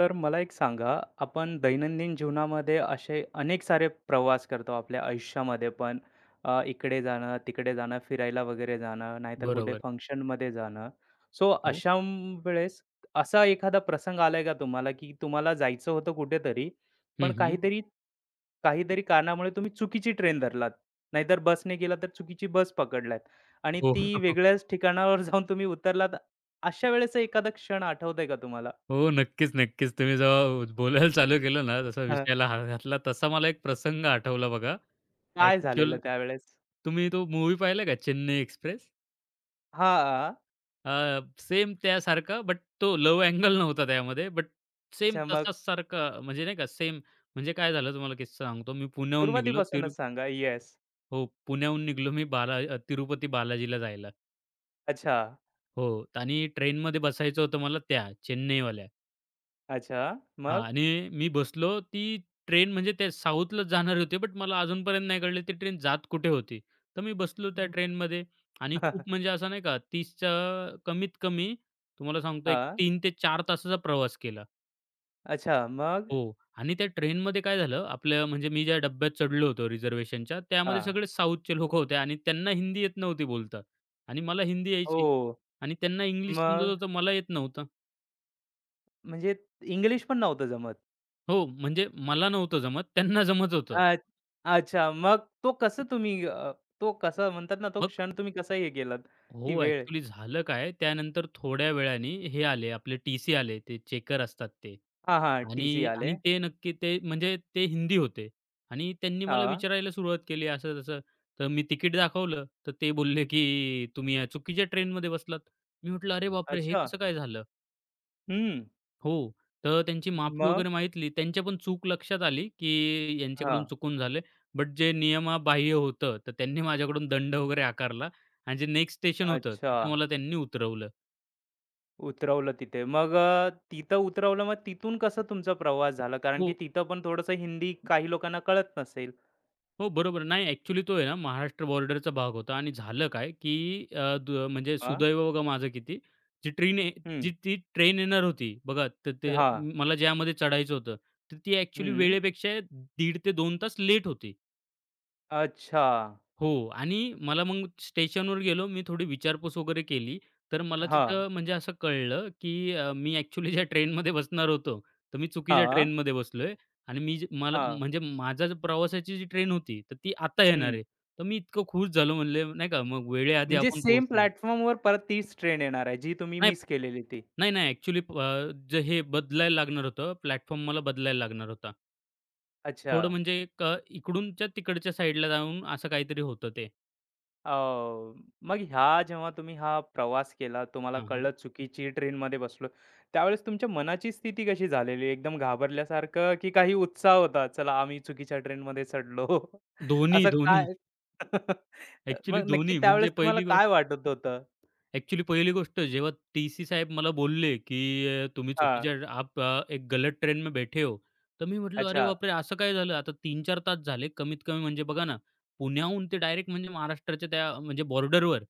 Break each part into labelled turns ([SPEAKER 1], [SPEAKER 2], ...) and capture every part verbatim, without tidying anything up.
[SPEAKER 1] तर मला एक सांगा, आपण दैनंदिन जीवनामध्ये असे अनेक सारे प्रवास करतो आपल्या आयुष्यामध्ये पण. अ, इकडे जाणं, तिकडे जाणं, फिरायला वगैरे जाणं, नाहीतर कुठे
[SPEAKER 2] बरोबर.
[SPEAKER 1] फंक्शनमध्ये जाणं. सो
[SPEAKER 2] आहे. हो.
[SPEAKER 1] अशा म- वेळेस असा एखादा प्रसंग आलाय का तुम्हाला, की तुम्हाला जायचं होतं कुठेतरी, पण
[SPEAKER 2] हं, हं.
[SPEAKER 1] काहीतरी काहीतरी कारणामुळे तुम्ही चुकीची ट्रेन धरलात. नाहीतर बसने गेला तर चुकीची बस पकडलात आणि
[SPEAKER 2] हो,
[SPEAKER 1] ती वेगळ्याच ठिकाणावर जाऊन तुम्ही उतरलात. अशा वेळेचा एखादा क्षण आठवतंय का तुम्हाला?
[SPEAKER 2] हो. नक्कीच, नक्कीच. तुम्ही जेव्हा बोलायला चालू केलं ना, जसा विषयाला हात घातला, तसा मला एक प्रसंग आठवला बघा.
[SPEAKER 1] काय झालेलं
[SPEAKER 2] ॲक्चुअल
[SPEAKER 1] त्यावेळेस?
[SPEAKER 2] तुम्ही तो मूव्ही पाहिला का चेन्नई एक्सप्रेस?
[SPEAKER 1] हां.
[SPEAKER 2] सेम त्यासारखा बट तो लव्ह अँगल नव्हता त्यामध्ये. बट सेम
[SPEAKER 1] अच्छा, मग
[SPEAKER 2] तसाच सारखा म्हणजे नाही का सेम म्हणजे काय झालं तुम्हाला किस्सा सांगतो. मी पुण्याहून निघालो तिरू
[SPEAKER 1] सुरुवातीपासूनच सांगा. येस.
[SPEAKER 2] हो, पुण्याहून निघालो मी बाला अ, तिरुपती बालाजीला जायला.
[SPEAKER 1] अच्छा.
[SPEAKER 2] हो आणि ट्रेनमध्ये बसायचं होतं मला त्या चेन्नईवाल्या.
[SPEAKER 1] अच्छा.
[SPEAKER 2] हां
[SPEAKER 1] मग?
[SPEAKER 2] आणि मी बसलो ती ट्रेन म्हणजे ते साऊथलाच जाणार होती, बट मला अजूनपर्यंत नाही कळलं ती ट्रेन जात कुठे होती. तर मी बसलो त्या
[SPEAKER 1] हं.
[SPEAKER 2] ट्रेनमध्ये आणि खूप म्हणजे असं नाही का 30च्या कमीत कमी तुम्हाला सांगतो एक
[SPEAKER 1] हां.
[SPEAKER 2] तीन ते चार तासाचा प्रवास केला.
[SPEAKER 1] अच्छा, मग?
[SPEAKER 2] हो आणि त्या ट्रेनमध्ये काय झालं आपल्या म्हणजे मी ज्या डब्यात चढलो होतो रिझर्व्हेशनच्या त्यामध्ये
[SPEAKER 1] हां.
[SPEAKER 2] सगळे साऊथचे लोकं होते आणि त्यांना हिंदी येत नव्हती बोलता आणि मला हिंदी यायची
[SPEAKER 1] हो.
[SPEAKER 2] आणि त्यांना इंग्लिश समजत
[SPEAKER 1] मग
[SPEAKER 2] होतं, मला येत नव्हतं.
[SPEAKER 1] म्हणजे इंग्लिश पण नव्हतं जमत.
[SPEAKER 2] हो, म्हणजे मला नव्हतं जमत, त्यांना जमत होतं.
[SPEAKER 1] अ, अच्छा, मग तो कसं तुम्ही अ, तो कसं म्हणतात ना तो
[SPEAKER 2] मग
[SPEAKER 1] क्षण तुम्ही कसा हे केलात? ती
[SPEAKER 2] हो,
[SPEAKER 1] वेळ?
[SPEAKER 2] ॲक्चुअली झालं काय, त्यानंतर थोड्या वेळाने हे आले, आपले टी-सी आले, ते चेकर असतात ते.
[SPEAKER 1] हां, हां. टी-सी
[SPEAKER 2] आणि
[SPEAKER 1] आले.
[SPEAKER 2] आणि ते नक्की ते म्हणजे ते हिंदी होते आणि त्यांनी मला
[SPEAKER 1] हां.
[SPEAKER 2] विचारायला सुरुवात केली असं-तसं. तर मी तिकीट दाखवलं, तर ते बोलले, की "तुम्ही या चुकीच्या ट्रेनमध्ये बसलात." मी म्हटलं, "अरे बापरे! हे
[SPEAKER 1] अच्छा.
[SPEAKER 2] कसं काय झालं?"
[SPEAKER 1] हं.
[SPEAKER 2] हो. तर त्यांची माफी वगैरे
[SPEAKER 1] मग?
[SPEAKER 2] मागितली. त्यांच्या पण चूक लक्षात आली, की यांच्याकडून
[SPEAKER 1] हां.
[SPEAKER 2] चुकून झालं. बट जे नियमाबाह्य होतं, तर त्यांनी माझ्याकडून दंड वगैरे आकारला आणि जे नेक्स्ट स्टेशन होतं,
[SPEAKER 1] अच्छा.
[SPEAKER 2] तिथं मला त्यांनी उतरवलं.
[SPEAKER 1] उतरवलं तिथे. मग अ, तिथं उतरवलं, मग तिथून कसं तुमचा प्रवास झाला? कारण की
[SPEAKER 2] हो,
[SPEAKER 1] तिथं पण थोडंसं हिंदी काही लोकांना कळत नसेल.
[SPEAKER 2] हो, बरोबर. नाही ॲक्चुअली तो आहे ना, महाराष्ट्र बॉर्डरचा भाग होता आणि झालं काय, की अ, द म्हणजे
[SPEAKER 1] हां.
[SPEAKER 2] सुदैव बघा माझं किती, जी ट्रेन जी
[SPEAKER 1] हं.
[SPEAKER 2] ती ट्रेन येणार होती बघा, तर ते
[SPEAKER 1] हां.
[SPEAKER 2] मला ज्यामध्ये चढायचं होतं, तर ती ॲक्चुअली
[SPEAKER 1] हं.
[SPEAKER 2] वेळेपेक्षा दीड ते दोन तास लेट होती.
[SPEAKER 1] अच्छा.
[SPEAKER 2] हो आणि मला मग स्टेशनवर गेलो. मी थोडी विचारपूस वगैरे केली. तर मला
[SPEAKER 1] हां.
[SPEAKER 2] तिथं म्हणजे असं कळलं, की अ, मी ॲक्चुअली ज्या ट्रेनमध्ये बसणार होतो, तर मी चुकीच्या
[SPEAKER 1] हां.
[SPEAKER 2] ट्रेनमध्ये बसलोय आणि मी जे मला
[SPEAKER 1] हां.
[SPEAKER 2] म्हणजे माझा जो प्रवासाची जी ट्रेन होती, तर ती आता येणार
[SPEAKER 1] हं.
[SPEAKER 2] आहे. तर मी इतकं खुश झालो म्हणले नाही का, मग वेळेआधी
[SPEAKER 1] म्हणजे
[SPEAKER 2] आपण
[SPEAKER 1] सेम
[SPEAKER 2] पोहोचलो.
[SPEAKER 1] प्लॅटफॉर्मवर परत तीच ट्रेन येणार आहे, जी तुम्ही
[SPEAKER 2] नाही,
[SPEAKER 1] मिस केलेली ती.
[SPEAKER 2] नाही, नाही ॲक्चुअली जे हे बदलायला लागणार होतं, प्लॅटफॉर्म मला बदलायला लागणार होता.
[SPEAKER 1] अच्छा.
[SPEAKER 2] थोडं म्हणजे एक अ, इकडूनच्या तिकडच्या साईडला जाऊन असं काहीतरी होतं ते.
[SPEAKER 1] अ, मग ह्या जेव्हा तुम्ही हा प्रवास केला, तुम्हाला
[SPEAKER 2] हां, हां.
[SPEAKER 1] कळलं चुकीची ट्रेनमध्ये बसलो. त्यावेळेस तुमच्या मनाची स्थिती कशी झालेली? एकदम घाबरल्यासारखं की काही उत्साह होता? चला आम्ही चुकीच्या ट्रेनमध्ये चढलो.
[SPEAKER 2] दोन्ही,
[SPEAKER 1] असं
[SPEAKER 2] दोन्ही.
[SPEAKER 1] काय? मग
[SPEAKER 2] ॲक्चुअली
[SPEAKER 1] नक्की
[SPEAKER 2] दोन्ही. म्हणजे
[SPEAKER 1] त्यावेळेस तुम्हाला
[SPEAKER 2] पहिली गोष्ट
[SPEAKER 1] काय वाटत होतं?
[SPEAKER 2] ॲक्चुअली पहिली गोष्ट जेव्हा टी-सी साहेब मला बोलले, की अ, तुम्ही
[SPEAKER 1] हां,
[SPEAKER 2] चुकीच्या आप अ, एक गलत ट्रेन में बैठे हो. तर मी म्हटलं, "अरे
[SPEAKER 1] अच्छा.
[SPEAKER 2] बापरे! असं काय झालं?" आता तीन चार तास झाले कमीत कमी म्हणजे बघा ना, पुण्याहून ते डायरेक्ट म्हणजे महाराष्ट्राच्या त्या म्हणजे बॉर्डरवर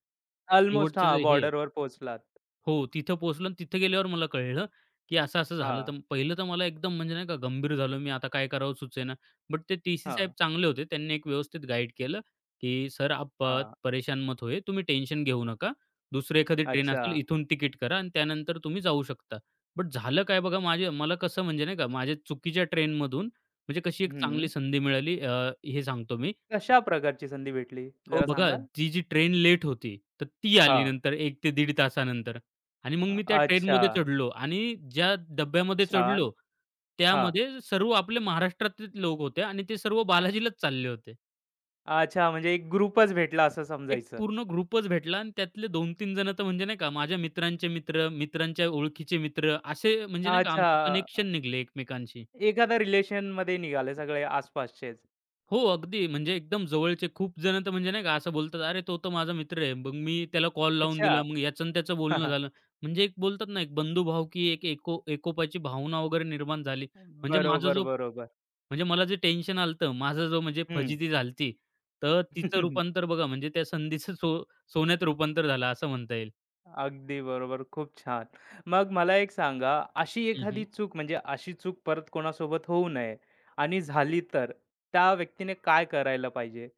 [SPEAKER 1] अल्मोस्ट
[SPEAKER 2] शेवटचे
[SPEAKER 1] हां,
[SPEAKER 2] जे हे
[SPEAKER 1] बॉर्डरवर पोहोचलात.
[SPEAKER 2] हो, तिथं पोहोचलो आणि तिथं गेल्यावर मला कळलं, की असं-असं झालं.
[SPEAKER 1] हां,
[SPEAKER 2] तर पहिलं तर मला एकदम म्हणजे नाही का गंभीर झालो मी, आता काय करावं सुचेना. बट ते टी-सी साहेब
[SPEAKER 1] हां,
[SPEAKER 2] चांगले होते. त्यांनी एक व्यवस्थित गाईड केलं, की "सर आप अ,
[SPEAKER 1] हां.
[SPEAKER 2] परेशान मत होइए. तुम्ही टेन्शन घेऊ नका. दुसरी एखादी ट्रेन
[SPEAKER 1] अच्छा.
[SPEAKER 2] असेल इथून तिकीट करा आणि त्यानंतर तुम्ही जाऊ शकता." बट झालं काय बघा, माझे मला कसं म्हणजे नाही का माझ्या चुकीच्या ट्रेनमधून म्हणजे कशी एक
[SPEAKER 1] हं.
[SPEAKER 2] चांगली संधी मिळाली अ, हे सांगतो मी.
[SPEAKER 1] कशा प्रकारची संधी भेटली?
[SPEAKER 2] हो,
[SPEAKER 1] जरा
[SPEAKER 2] बघा
[SPEAKER 1] सांगाल?
[SPEAKER 2] ती जी ट्रेन लेट होती, तर ती आली
[SPEAKER 1] हां.
[SPEAKER 2] नंतर एक ते दीड तासानंतर आणि मग मी त्या
[SPEAKER 1] अच्छा.
[SPEAKER 2] ट्रेनमध्ये चढलो आणि ज्या डब्यामध्ये
[SPEAKER 1] छान.
[SPEAKER 2] चढलो,
[SPEAKER 1] हां.
[SPEAKER 2] त्यामध्ये सर्व आपले महाराष्ट्रातलेच लोक होते आणि ते सर्व बालाजीलाच चालले होते.
[SPEAKER 1] अच्छा, म्हणजे एक ग्रुपच भेटला असं
[SPEAKER 2] एक
[SPEAKER 1] समजायचं.
[SPEAKER 2] पूर्ण ग्रुपच भेटला आणि त्यातले दोन तीन जण तर म्हणजे नाही का माझ्या मित्रांचे मित्र, मित्रांच्या ओळखीचे मित्र असे म्हणजे नाही का आमचे
[SPEAKER 1] अच्छा.
[SPEAKER 2] कनेक्शन निघले एकमेकांशी.
[SPEAKER 1] एखाद्या रिलेशनमध्ये निघाले सगळे आसपासचेच.
[SPEAKER 2] हो, अगदी. म्हणजे एकदम जवळचे खूप जण तर म्हणजे नाही का असं बोलतात, "अरे, तो तर माझा मित्र आहे." मग मी त्याला कॉल लावून
[SPEAKER 1] अच्छा.
[SPEAKER 2] दिला. मग याचं आणि त्याचं
[SPEAKER 1] हां,
[SPEAKER 2] बोलणं
[SPEAKER 1] हां.
[SPEAKER 2] झालं. म्हणजे एक बोलतात ना, एक बंधुभावकी, एक एको एकोपाची भावना वगैरे निर्माण झाली. म्हणजे माझा
[SPEAKER 1] बरोबर,
[SPEAKER 2] जो
[SPEAKER 1] बरोबर.
[SPEAKER 2] म्हणजे मला जे टेन्शन आलं होतं, माझा जो म्हणजे
[SPEAKER 1] हं.
[SPEAKER 2] फजिती झाली तर तिचं रूपांतर बघा म्हणजे त्या संधीचं सो सोन्यात रूपांतर झालं असं म्हणता येईल.
[SPEAKER 1] अगदी बरोबर. खूप छान. मग मला एक सांगा, अशी
[SPEAKER 2] हं,
[SPEAKER 1] एखादी
[SPEAKER 2] हं.
[SPEAKER 1] चूक म्हणजे अशी चूक परत कोणासोबत होऊ नये आणि झाली तर त्या व्यक्तीने काय करायला पाहिजे?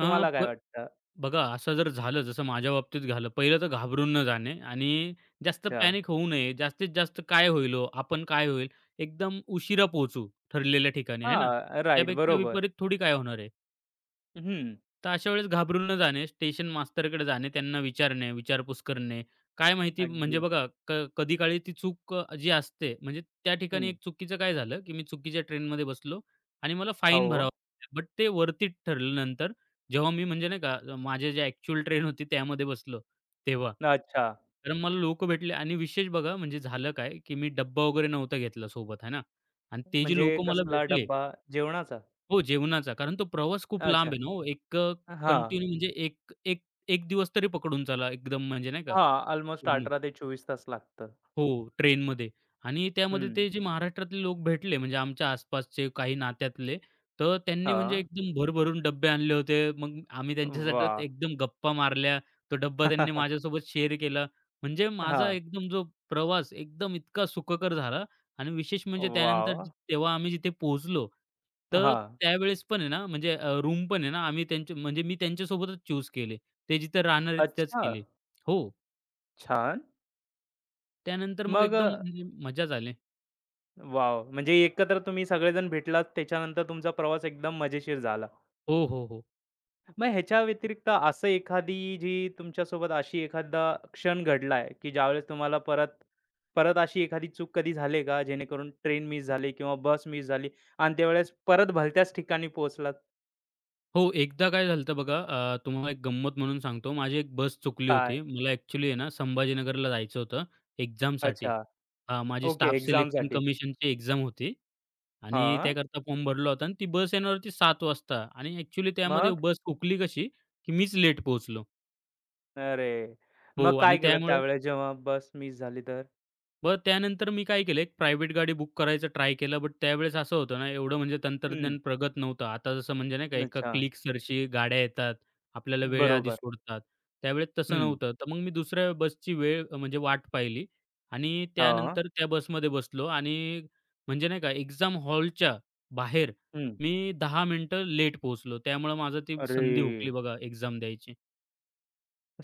[SPEAKER 1] तुम्हाला काय वाटतं?
[SPEAKER 2] बघा, असं जर झालं, जसं माझ्या बाबतीत झालं, पहिलं तर घाबरून न जाणे आणि जास्त
[SPEAKER 1] अच्छा.
[SPEAKER 2] पॅनिक होऊ नये. जास्तीत जास्त काय होईल हो, आपण काय होईल, एकदम उशिरा पोहोचू ठरलेल्या ठिकाणी, आहे ना?
[SPEAKER 1] हां, राइट.
[SPEAKER 2] त्यापेक्षा
[SPEAKER 1] बरोबर.
[SPEAKER 2] विपरीत थोडी काय होणार आहे.
[SPEAKER 1] हं.
[SPEAKER 2] तर अशा वेळेस घाबरून न जाणे, स्टेशन मास्तरकडे जाणे, त्यांना विचारणे, विचारपूस करणे. काय माहिती
[SPEAKER 1] अगदी.
[SPEAKER 2] म्हणजे बघा क कधी काळी ती चूक अ, जी असते म्हणजे त्या ठिकाणी
[SPEAKER 1] हं.
[SPEAKER 2] एक चुकीचं काय झालं, की मी चुकीच्या ट्रेनमध्ये बसलो आणि मला फाईन
[SPEAKER 1] हो.
[SPEAKER 2] भरावा लागला. बट ते वर्थ ठरलं नंतर जेव्हा मी म्हणजे नाही का माझ्या ज्या ॲक्चुअल ट्रेन होती त्यामध्ये बसलो तेव्हा.
[SPEAKER 1] अच्छा.
[SPEAKER 2] कारण मला लोकं भेटले आणि विशेष बघा म्हणजे झालं काय, की मी डब्बा वगैरे नव्हता घेतला सोबत, आहे ना? आणि ते जे
[SPEAKER 1] म्हणजे
[SPEAKER 2] लोकं मला
[SPEAKER 1] कसला
[SPEAKER 2] भेटले
[SPEAKER 1] डब्बा? जेवणाचा?
[SPEAKER 2] हो, जेवणाचा. कारण तो प्रवास खूप
[SPEAKER 1] अच्छा.
[SPEAKER 2] लांब आहे ना हो. एक अ,
[SPEAKER 1] हां,
[SPEAKER 2] कंटिन्यू म्हणजे एक एक एक दिवस तरी पकडून चला एकदम म्हणजे नाही का
[SPEAKER 1] हां. अल्मोस्ट
[SPEAKER 2] पूर्ण.
[SPEAKER 1] अठरा ते चोवीस तास लागतं.
[SPEAKER 2] हो, ट्रेनमध्ये आणि त्यामध्ये
[SPEAKER 1] हं.
[SPEAKER 2] ते जे हं. महाराष्ट्रातले लोक भेटले म्हणजे आमच्या आसपासचे काही नात्यातले, तर त्यांनी म्हणजे
[SPEAKER 1] हां.
[SPEAKER 2] एकदम भरभरून डब्बे आणले होते. मग आम्ही त्यांच्यासाठी
[SPEAKER 1] वाह!
[SPEAKER 2] एकदम गप्पा मारल्या. तो डब्बा त्यांनी माझ्यासोबत शेअर केला. म्हणजे माझा
[SPEAKER 1] हां.
[SPEAKER 2] एकदम जो प्रवास एकदम इतका सुखकर झाला आणि विशेष म्हणजे त्यानंतर
[SPEAKER 1] वॉव!
[SPEAKER 2] जे- तेव्हा आम्ही जिथे पोहोचलो, तर
[SPEAKER 1] हां.
[SPEAKER 2] त्यावेळेस पण आहे ना म्हणजे रूम पण आहे ना आम्ही त्यांच्या म्हणजे मी त्यांच्यासोबतच चूज केले. ते जिथे राहणार आहे तिथेच
[SPEAKER 1] अच्छा.
[SPEAKER 2] केले. हो,
[SPEAKER 1] छान.
[SPEAKER 2] त्यानंतर मग
[SPEAKER 1] मग
[SPEAKER 2] एकदम
[SPEAKER 1] अ,
[SPEAKER 2] म्हणजे मजा झाली.
[SPEAKER 1] वॉव! म्हणजे एकत्र तुम्ही सगळेजण भेटलात त्याच्यानंतर तुमचा प्रवास एकदम मजेशीर झाला.
[SPEAKER 2] हो, हो, हो.
[SPEAKER 1] मग ह्याच्या व्यतिरिक्त असं एखादी जी तुमच्यासोबत अशी एखादा क्षण घडलाय, की ज्यावेळेस तुम्हाला परत परत अशी एखादी चूक कधी झाली का? जेणेकरून ट्रेन मिस झाली किंवा बस मिस झाली आणि त्यावेळेस परत भलत्याच ठिकाणी पोहोचलात.
[SPEAKER 2] हो, एकदा काय झालं होतं बघा अ, तुम्हाला एक गंमत म्हणून सांगतो. माझी एक बस चुकली
[SPEAKER 1] काय?
[SPEAKER 2] होती. मला ॲक्चुअली आहे ना संभाजीनगरला जायचं होतं एक्झामसाठी.
[SPEAKER 1] अच्छा.
[SPEAKER 2] अ, माझी
[SPEAKER 1] ओके,
[SPEAKER 2] स्टाफ सिलेक्शन
[SPEAKER 1] एक्झामसाठी.
[SPEAKER 2] कमिशनची एक्झाम होती आणि
[SPEAKER 1] हां.
[SPEAKER 2] त्याकरता फॉर्म भरला होता आणि ती बस येणार होती सात वाजता आणि ॲक्चुअली त्यामध्ये
[SPEAKER 1] मग?
[SPEAKER 2] बस हुकली कशी, की मीच लेट पोहोचलो.
[SPEAKER 1] अरे!
[SPEAKER 2] हो
[SPEAKER 1] मग
[SPEAKER 2] आणि
[SPEAKER 1] काय केलं
[SPEAKER 2] त्यामुळे
[SPEAKER 1] त्यावेळेस जेव्हा बस मिस झाली तर?
[SPEAKER 2] मग त्यानंतर मी काय केलं, एक प्रायव्हेट गाडी बुक करायचं ट्राय केलं, बट त्यावेळेस असं होतं ना, एवढं म्हणजे
[SPEAKER 1] हं.
[SPEAKER 2] तंत्रज्ञान प्रगत नव्हतं. आता जसं म्हणजे नाही का, एका
[SPEAKER 1] अच्छा.
[SPEAKER 2] क्लिक सरशी गाड्या येतात, आपल्याला वेळेआधी
[SPEAKER 1] बरोबर.
[SPEAKER 2] सोडतात. त्यावेळेस तसं
[SPEAKER 1] हं.
[SPEAKER 2] नव्हतं. तर मग मी दुसऱ्या बसची वेळ अ, म्हणजे वाट पाहिली आणि
[SPEAKER 1] हां.
[SPEAKER 2] त्यानंतर त्या बसमध्ये बसलो आणि म्हणजे नाही का, एक्झाम हॉलच्या बाहेर
[SPEAKER 1] हं.
[SPEAKER 2] मी दहा मिनिटं लेट पोहोचलो. त्यामुळं माझं ती
[SPEAKER 1] अरे!
[SPEAKER 2] संधी हुकली बघा एक्झाम द्यायची.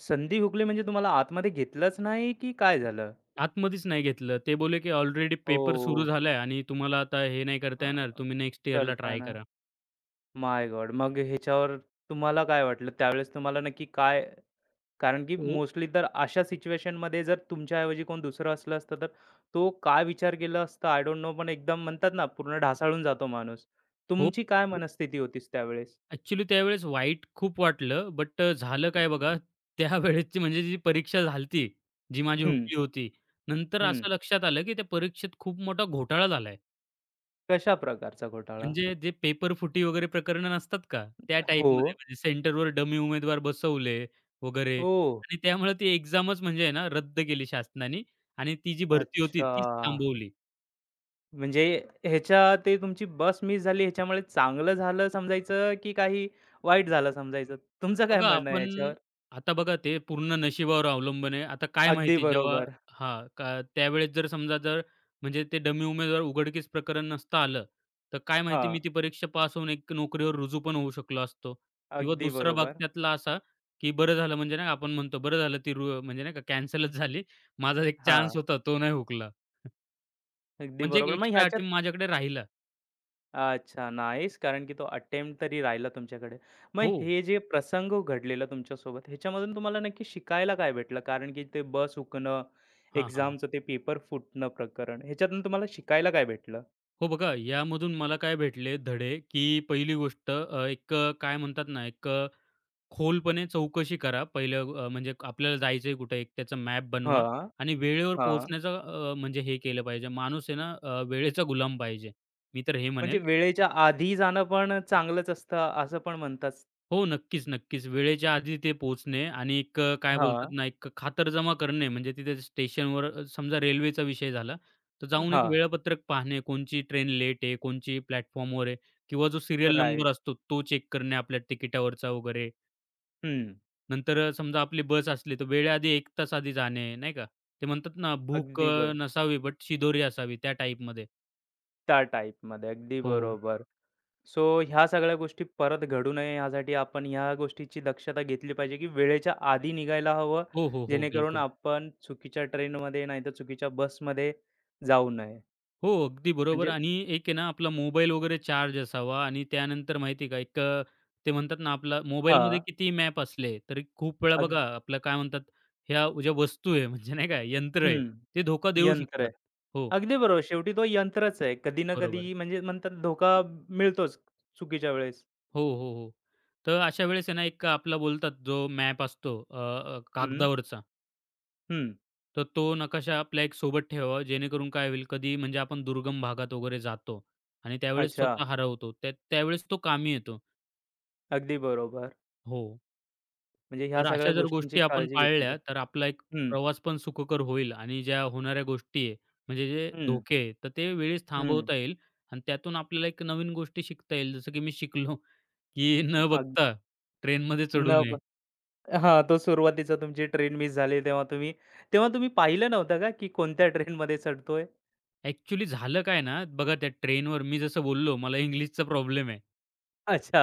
[SPEAKER 1] संधी हुकली म्हणजे तुम्हाला आतमध्ये घेतलंच नाही की काय झालं?
[SPEAKER 2] आतमध्येच नाही घेतलं. ते बोलले, की ऑलरेडी पेपर सुरू
[SPEAKER 1] ओह!
[SPEAKER 2] झालाय आणि तुम्हाला आता हे नाही
[SPEAKER 1] अ,
[SPEAKER 2] करता येणार. तुम्ही नेक्स्ट इयरला ट्राय
[SPEAKER 1] करताना.
[SPEAKER 2] करा.
[SPEAKER 1] My God! मग ह्याच्यावर तुम्हाला काय वाटलं? त्यावेळेस तुम्हाला नक्की काय, कारण की
[SPEAKER 2] हो,
[SPEAKER 1] मोस्टली तर अशा सिच्युएशनमध्ये जर तुमच्याऐवजी कोण दुसरं असलं असतं, तर तो काय विचार केला असता, आय डोंट नो, पण एकदम म्हणतात ना, पूर्ण ढासाळून जातो माणूस.
[SPEAKER 2] हो.
[SPEAKER 1] तुमची काय मनस्थिती होतीस त्यावेळेस?
[SPEAKER 2] ॲक्चुअली त्यावेळेस वाईट खूप वाटलं. बट अ, झालं काय बघा, त्यावेळेसची म्हणजे जी परीक्षा झाली जी माझी
[SPEAKER 1] हं,
[SPEAKER 2] हुकली होती. नंतर
[SPEAKER 1] हं.
[SPEAKER 2] असं लक्षात आलं, की त्या परीक्षेत खूप मोठा घोटाळा झालाय.
[SPEAKER 1] कशा प्रकारचा घोटाळा?
[SPEAKER 2] म्हणजे जे पेपर फुटी वगैरे प्रकरणं नसतात का, त्या टाईपमध्ये
[SPEAKER 1] हो.
[SPEAKER 2] म्हणजे सेंटरवर डमी उमेदवार बसवले वगैरे
[SPEAKER 1] ओह!
[SPEAKER 2] आणि त्यामुळे ती एक्झामच म्हणजे आहे ना रद्द केली शासनाने आणि ती जी भरती होती
[SPEAKER 1] अच्छा.
[SPEAKER 2] तीच थांबवली.
[SPEAKER 1] म्हणजे ह्याच्या ते तुमची बस मिस झाली ह्याच्यामुळे चांगलं झालं समजायचं, की काही वाईट झालं समजायचं? तुमचं काय
[SPEAKER 2] बघा
[SPEAKER 1] म्हणणं आहे
[SPEAKER 2] आपण
[SPEAKER 1] याच्यावर?
[SPEAKER 2] आता बघा ते पूर्ण नशिबावर अवलंबून आहे. आता काय
[SPEAKER 1] अगदी
[SPEAKER 2] माहिती जेव्हा
[SPEAKER 1] बरोबर.
[SPEAKER 2] हां, का त्यावेळेस जर समजा जर म्हणजे ते डमी उमेदवार उघडकीस प्रकरण नसतं आलं, तर काय माहिती
[SPEAKER 1] हां,
[SPEAKER 2] मी ती परीक्षा पास होऊन एक नोकरीवर रुजू पण होऊ शकलो असतो किंवा
[SPEAKER 1] अगदी
[SPEAKER 2] दुसरा भाग
[SPEAKER 1] बरोबर.
[SPEAKER 2] त्यातला असा, की बरं झालं म्हणजे नाही का आपण म्हणतो बरं झालं ती रु म्हणजे नाही का कॅन्सलच झाली. माझा एक
[SPEAKER 1] हां,
[SPEAKER 2] चान्स होता तो नाही हुकला.
[SPEAKER 1] अगदी
[SPEAKER 2] म्हणजे एक
[SPEAKER 1] बरोबर. मग
[SPEAKER 2] एक्स्ट्रा
[SPEAKER 1] ह्याच्यात
[SPEAKER 2] अटेम्प्ट माझ्याकडे राहिला.
[SPEAKER 1] अच्छा, नाईस, कारण की तो अटेम्प्ट तरी राहिला तुमच्याकडे. मग
[SPEAKER 2] हो.
[SPEAKER 1] हे जे प्रसंग घडलेला तुमच्यासोबत ह्याच्यामधून तुम्हाला नक्की शिकायला काय भेटलं? कारण की ते बस हुकणं,
[SPEAKER 2] हां, हां, हां.
[SPEAKER 1] एक्झामचं ते पेपर फुटणं प्रकरण ह्याच्यातून तुम्हाला शिकायला काय भेटलं?
[SPEAKER 2] हो बघा, यामधून मला काय भेटले धडे, की पहिली गोष्ट अ, एक अ, काय म्हणतात ना, एक अ, खोलपणे चौकशी करा. पहिलं अ, म्हणजे आपल्याला जायचंय कुठे, एक त्याचा मॅप बनवा
[SPEAKER 1] हां,
[SPEAKER 2] आणि वेळेवर
[SPEAKER 1] हां.
[SPEAKER 2] पोहोचण्याचा अ, म्हणजे हे केलं पाहिजे. माणूस आहे ना अ, वेळेचा गुलाम पाहिजे. मी तर हे
[SPEAKER 1] म्हणजे
[SPEAKER 2] म्हणेल.
[SPEAKER 1] वेळेच्या आधी जाणं पण चांगलंच असतं असं पण म्हणतात.
[SPEAKER 2] हो, नक्कीच, नक्कीच. वेळेच्या आधी तिथे पोहोचणे आणि एक अ, काय बोलतात
[SPEAKER 1] हां,
[SPEAKER 2] ना, एक खातरजमा करणे म्हणजे तिथे स्टेशनवर अ, समजा रेल्वेचा विषय झाला, तर जाऊन एक
[SPEAKER 1] हां,
[SPEAKER 2] वेळापत्रक पाहणे, कोणची ट्रेन लेट आहे, कोणची प्लॅटफॉर्मवर आहे किंवा जो सीरियल
[SPEAKER 1] राइट.
[SPEAKER 2] नंबर असतो तो चेक करणे आपल्या तिकिटावरचा वगैरे.
[SPEAKER 1] हं,
[SPEAKER 2] नंतर अ, समजा आपली बस असली, तर वेळेआधी एक तास आधी जाणे, नाही का? ते म्हणतात ना, भूक
[SPEAKER 1] अगदी
[SPEAKER 2] अ,
[SPEAKER 1] बरोबर.
[SPEAKER 2] नसावी बट शिदोरी असावी त्या टाईपमध्ये.
[SPEAKER 1] त्या टाईपमध्ये अगदी
[SPEAKER 2] हो.
[SPEAKER 1] बरोबर. सो ह्या सगळ्या गोष्टी परत घडू नये यासाठी आपण ह्या गोष्टीची दक्षता घेतली पाहिजे, की वेळेच्या आधी निघायला हवं,
[SPEAKER 2] हो, हो, हो.
[SPEAKER 1] जेणेकरून
[SPEAKER 2] बिलकुल.
[SPEAKER 1] आपण चुकीच्या ट्रेनमध्ये नाहीतर चुकीच्या बसमध्ये जाऊ नये.
[SPEAKER 2] हो, अगदी बरोबर
[SPEAKER 1] म्हणजे
[SPEAKER 2] आणि एक आहे ना आपला मोबाईल वगैरे चार्ज असावा आणि त्यानंतर माहिती आहे का एक अ, ते म्हणतात ना आपला मोबाईलमध्ये
[SPEAKER 1] हां,
[SPEAKER 2] किती मॅप असले तरी खूप वेळा
[SPEAKER 1] अग
[SPEAKER 2] बघा आपलं काय म्हणतात ह्या ज्या वस्तू आहे म्हणजे नाही का यंत्र आहे
[SPEAKER 1] हं,
[SPEAKER 2] ते धोका देऊ
[SPEAKER 1] यंत्र
[SPEAKER 2] शकतात.
[SPEAKER 1] आहे.
[SPEAKER 2] हो,
[SPEAKER 1] अगदी बरोबर. शेवटी तो यंत्रच आहे. कधी ना कधी
[SPEAKER 2] बरोबर.
[SPEAKER 1] म्हणजे म्हणतात धोका मिळतोच चुकीच्या वेळेस.
[SPEAKER 2] हो, हो, हो. तर अशा वेळेस आहे ना एक आपला बोलतात जो मॅप असतो अ, अ,
[SPEAKER 1] हं.
[SPEAKER 2] कागदावरचा
[SPEAKER 1] हं.
[SPEAKER 2] तर तो नकाशा आपल्या एक सोबत ठेवावा जेणेकरून काय होईल कधी म्हणजे आपण दुर्गम भागात वगैरे जातो आणि त्यावेळेस
[SPEAKER 1] अच्छा.
[SPEAKER 2] स्वतः हरवतो त्या त्यावेळेस तो कामी येतो.
[SPEAKER 1] अगदी बरोबर.
[SPEAKER 2] हो.
[SPEAKER 1] म्हणजे ह्या
[SPEAKER 2] तर
[SPEAKER 1] सगळ्या
[SPEAKER 2] अशा जर
[SPEAKER 1] गोष्टींची
[SPEAKER 2] गोष्टी आपण
[SPEAKER 1] काळजी घेतली
[SPEAKER 2] पाळल्या, तर
[SPEAKER 1] पाहिजे.
[SPEAKER 2] आपला एक
[SPEAKER 1] हं,
[SPEAKER 2] प्रवास पण सुखकर होईल आणि ज्या होणाऱ्या गोष्टी आहे, म्हणजे जे
[SPEAKER 1] हं,
[SPEAKER 2] धोके आहे, तर ते वेळेस
[SPEAKER 1] हं.
[SPEAKER 2] थांबवता येईल आणि त्यातून आपल्याला एक नवीन गोष्टी शिकता येईल. जसं की मी शिकलो, की न
[SPEAKER 1] अग
[SPEAKER 2] बघता ट्रेनमध्ये चढू
[SPEAKER 1] न
[SPEAKER 2] नये.
[SPEAKER 1] ब हां, तो सुरुवातीचा तुमची ट्रेन मिस झाली, तेव्हा तुम्ही तेव्हा तुम्ही पाहिलं नव्हतं का, की कोणत्या ट्रेनमध्ये चढतोय?
[SPEAKER 2] ॲक्चुअली झालं काय ना, बघा त्या ट्रेनवर मी जसं बोललो, मला इंग्लिशचा प्रॉब्लेम आहे.
[SPEAKER 1] अच्छा.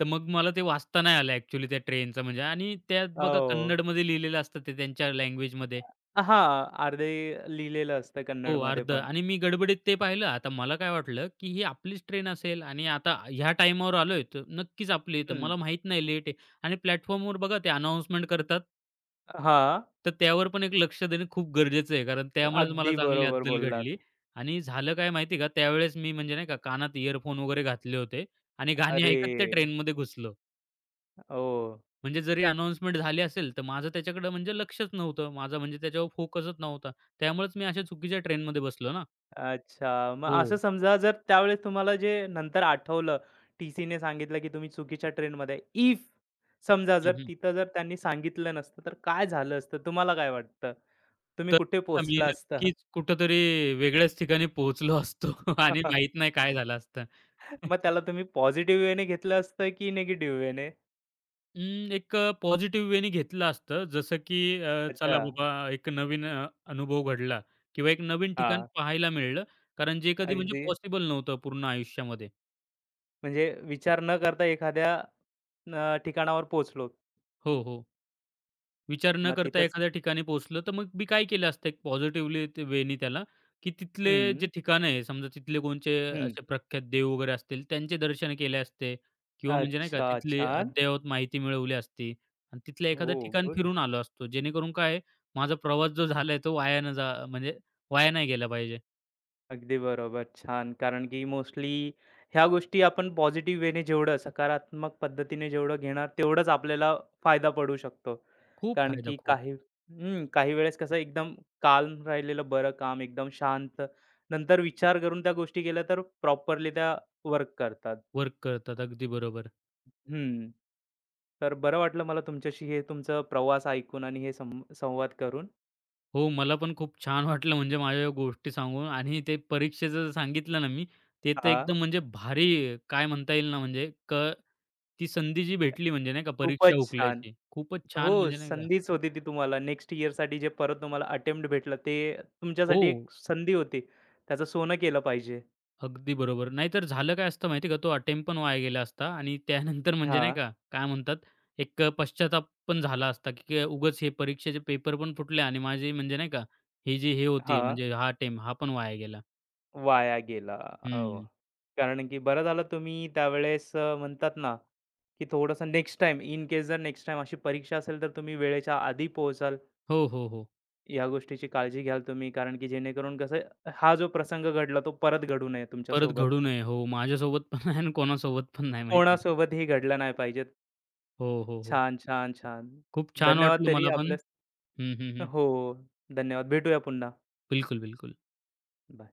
[SPEAKER 2] तर मग मला ते वाचता नाही आलं ॲक्चुअली त्या ट्रेनचं म्हणजे आणि त्यात बघा
[SPEAKER 1] हो.
[SPEAKER 2] कन्नडमध्ये लिहिलेलं असतं ते त्यांच्या लँग्वेजमध्ये.
[SPEAKER 1] हां, अर्धे लिहिलेलं असतं
[SPEAKER 2] हो,
[SPEAKER 1] कन्नडमध्ये
[SPEAKER 2] अर्धं
[SPEAKER 1] पण.
[SPEAKER 2] आणि मी गडबडीत ते पाहिलं. आता मला काय वाटलं, की ही आपलीच ट्रेन असेल आणि आता ह्या टाईमावर आलोय, तर नक्कीच आपली आहे.
[SPEAKER 1] हं.
[SPEAKER 2] मला माहीत नाही लेट आहे आणि प्लॅटफॉर्मवर बघा ते अनाउन्समेंट करतात,
[SPEAKER 1] हां.
[SPEAKER 2] तर त्यावर पण एक लक्ष देणं खूप गरजेचं आहे. कारण त्यामुळेच मला
[SPEAKER 1] अगदी
[SPEAKER 2] चांगली
[SPEAKER 1] बरोबर
[SPEAKER 2] अद्दल
[SPEAKER 1] बोललात.
[SPEAKER 2] घडली आणि झालं काय माहिती का, त्यावेळेस मी म्हणजे नाही का कानात इयरफोन वगैरे घातले होते आणि गाणी
[SPEAKER 1] अरे!
[SPEAKER 2] ऐकत त्या ट्रेनमध्ये घुसलो.
[SPEAKER 1] ओ
[SPEAKER 2] म्हणजे जरी अनाउन्समेंट झाली असेल, तर माझं त्याच्याकडे म्हणजे लक्षच नव्हतं. माझा म्हणजे त्याच्यावर फोकसच नव्हता. त्यामुळेच मी अशा चुकीच्या ट्रेनमध्ये बसलो ना.
[SPEAKER 1] अच्छा. मग
[SPEAKER 2] हो.
[SPEAKER 1] असं समजा जर त्यावेळेस तुम्हाला जे नंतर आठवलं, टीसीने सांगितलं की तुम्ही चुकीच्या ट्रेनमध्ये आहे. इफ समजा जर तिथं, जर त्यांनी सांगितलं नसतं, तर काय झालं असतं? तुम्हाला काय वाटतं? तुम्ही
[SPEAKER 2] तर
[SPEAKER 1] कुठे
[SPEAKER 2] आम्ही
[SPEAKER 1] पोहोचला असता?
[SPEAKER 2] नक्कीच कुठेतरी वेगळ्याच ठिकाणी पोहोचलो असतो आणि माहीत नाही काय झालं असतं.
[SPEAKER 1] मग त्याला तुम्ही पॉझिटिव्ह वेने घेतलं असतं की निगेटिव्ह वेने?
[SPEAKER 2] अं, एक पॉझिटिव्ह वेने घेतलं असतं. जसं की अ,
[SPEAKER 1] अच्छा.
[SPEAKER 2] चला बाबा एक नवीन अ, अनुभव घडला किंवा एक नवीन ठिकाण
[SPEAKER 1] हां.
[SPEAKER 2] पाहायला मिळालं. कारण जे कधी म्हणजे
[SPEAKER 1] अगदी,
[SPEAKER 2] पॉसिबल नव्हतं पूर्ण आयुष्यामध्ये.
[SPEAKER 1] म्हणजे विचार न करता एखाद्या अ, ठिकाणावर पोहोचलो.
[SPEAKER 2] हो, हो. विचार न
[SPEAKER 1] मग
[SPEAKER 2] करता
[SPEAKER 1] तिथेच
[SPEAKER 2] एखाद्या ठिकाणी पोहोचलं, तर मग मी काय केलं असतं एक पॉझिटिव्हली ते वेनी त्याला, की तिथले जे
[SPEAKER 1] हं,
[SPEAKER 2] ठिकाणं आहे, समजा तिथले कोणचे
[SPEAKER 1] हं.
[SPEAKER 2] असे प्रख्यात देव वगैरे असतील, त्यांचे दर्शन केले असते किंवा म्हणजे नाही का
[SPEAKER 1] अच्छा.
[SPEAKER 2] तिथली
[SPEAKER 1] छान.
[SPEAKER 2] अद्ययावत माहिती मिळवली असती आणि तिथलं एखादं
[SPEAKER 1] ओह!
[SPEAKER 2] ठिकाण
[SPEAKER 1] गुड.
[SPEAKER 2] फिरून आलो असतो. जेणेकरून काय आहे, माझा प्रवास जो झालाय तो वाया न जा म्हणजे वाया नाही गेला पाहिजे.
[SPEAKER 1] अगदी बरोबर. छान. कारण की मोस्टली ह्या गोष्टी आपण पॉझिटिव्ह वेने जेवढं सकारात्मक पद्धतीने जेवढं घेणार तेवढाच आपल्याला फायदा पडू शकतो.
[SPEAKER 2] खूप
[SPEAKER 1] कारण
[SPEAKER 2] फायदा
[SPEAKER 1] की
[SPEAKER 2] खूप.
[SPEAKER 1] काही हं, काही वेळेस कसं एकदम काल्म राहिलेलं बरं काम, एकदम शांत. नंतर विचार करून त्या गोष्टी केल्या तर प्रॉपरली त्या वर्क करतात.
[SPEAKER 2] वर्क करतात. अगदी बरोबर.
[SPEAKER 1] हं. तर बरं वाटलं मला तुमच्याशी हे तुमचा प्रवास ऐकून आणि हे सं संवाद करून.
[SPEAKER 2] हो, मला पण खूप छान वाटलं म्हणजे माझ्या या गोष्टी सांगून आणि ते परीक्षेचं जे सांगितलं ना मी, ते तर
[SPEAKER 1] हां,
[SPEAKER 2] एकदम म्हणजे भारी काय म्हणता येईल ना म्हणजे क ती संधी जी भेटली म्हणजे नाही का परीक्षा
[SPEAKER 1] खूपच छान.
[SPEAKER 2] हुकल्याची. खूपच
[SPEAKER 1] हो,
[SPEAKER 2] छान म्हणजे नाही का
[SPEAKER 1] संधीच होती ती तुम्हाला. नेक्स्ट इयरसाठी जे परत तुम्हाला अटेम्प्ट भेटलं, ते
[SPEAKER 2] हो,
[SPEAKER 1] तुमच्यासाठी एक संधी होती. त्याचं सोनं केलं पाहिजे.
[SPEAKER 2] अगदी बरोबर. नाहीतर झालं काय असतं माहिती आहे का, तो अटेम्प्ट पण वाया गेला असता आणि त्यानंतर म्हणजे नाही
[SPEAKER 1] हां,
[SPEAKER 2] का, काय म्हणतात एक पश्चाताप पण झाला असता, की काय उगाच हे परीक्षेचे पेपर पण फुटले आणि माझी म्हणजे नाही का, ही जी हे होती
[SPEAKER 1] हां.
[SPEAKER 2] म्हणजे हा अटेम्प्ट हा पण वाया गेला.
[SPEAKER 1] वाया गेला. हो.
[SPEAKER 2] हं.
[SPEAKER 1] कारण की बरं झालं तुम्ही त्यावेळेस अ, म्हणतात ना, की थोडंसं नेक्स्ट टाईम, इन केस जर नेक्स्ट टाईम अशी परीक्षा असेल, तर तुम्ही वेळेच्या आधी पोहोचाल.
[SPEAKER 2] हो, हो, हो.
[SPEAKER 1] या गोष्टीची काळजी घ्याल तुम्ही. कारण की जेणेकरून कसं हा जो प्रसंग घडला, तो परत घडू नये
[SPEAKER 2] परत
[SPEAKER 1] तुमच्यासोबत.
[SPEAKER 2] घडू नये. हो, माझ्यासोबत पण नाही आणि कोणासोबत पण नाही माहिती आहे
[SPEAKER 1] कोणासोबतही घडला नाही पाहिजे.
[SPEAKER 2] हो, हो, हो.
[SPEAKER 1] छान, छान, छान.
[SPEAKER 2] खूप छान
[SPEAKER 1] धन्यवाद
[SPEAKER 2] वाटलं
[SPEAKER 1] तरी
[SPEAKER 2] मला पण.
[SPEAKER 1] आपल्या.
[SPEAKER 2] हं, हं, हं.
[SPEAKER 1] हो. धन्यवाद. भेटूया पुन्हा.
[SPEAKER 2] बिलकुल, बिलकुल.
[SPEAKER 1] बाय.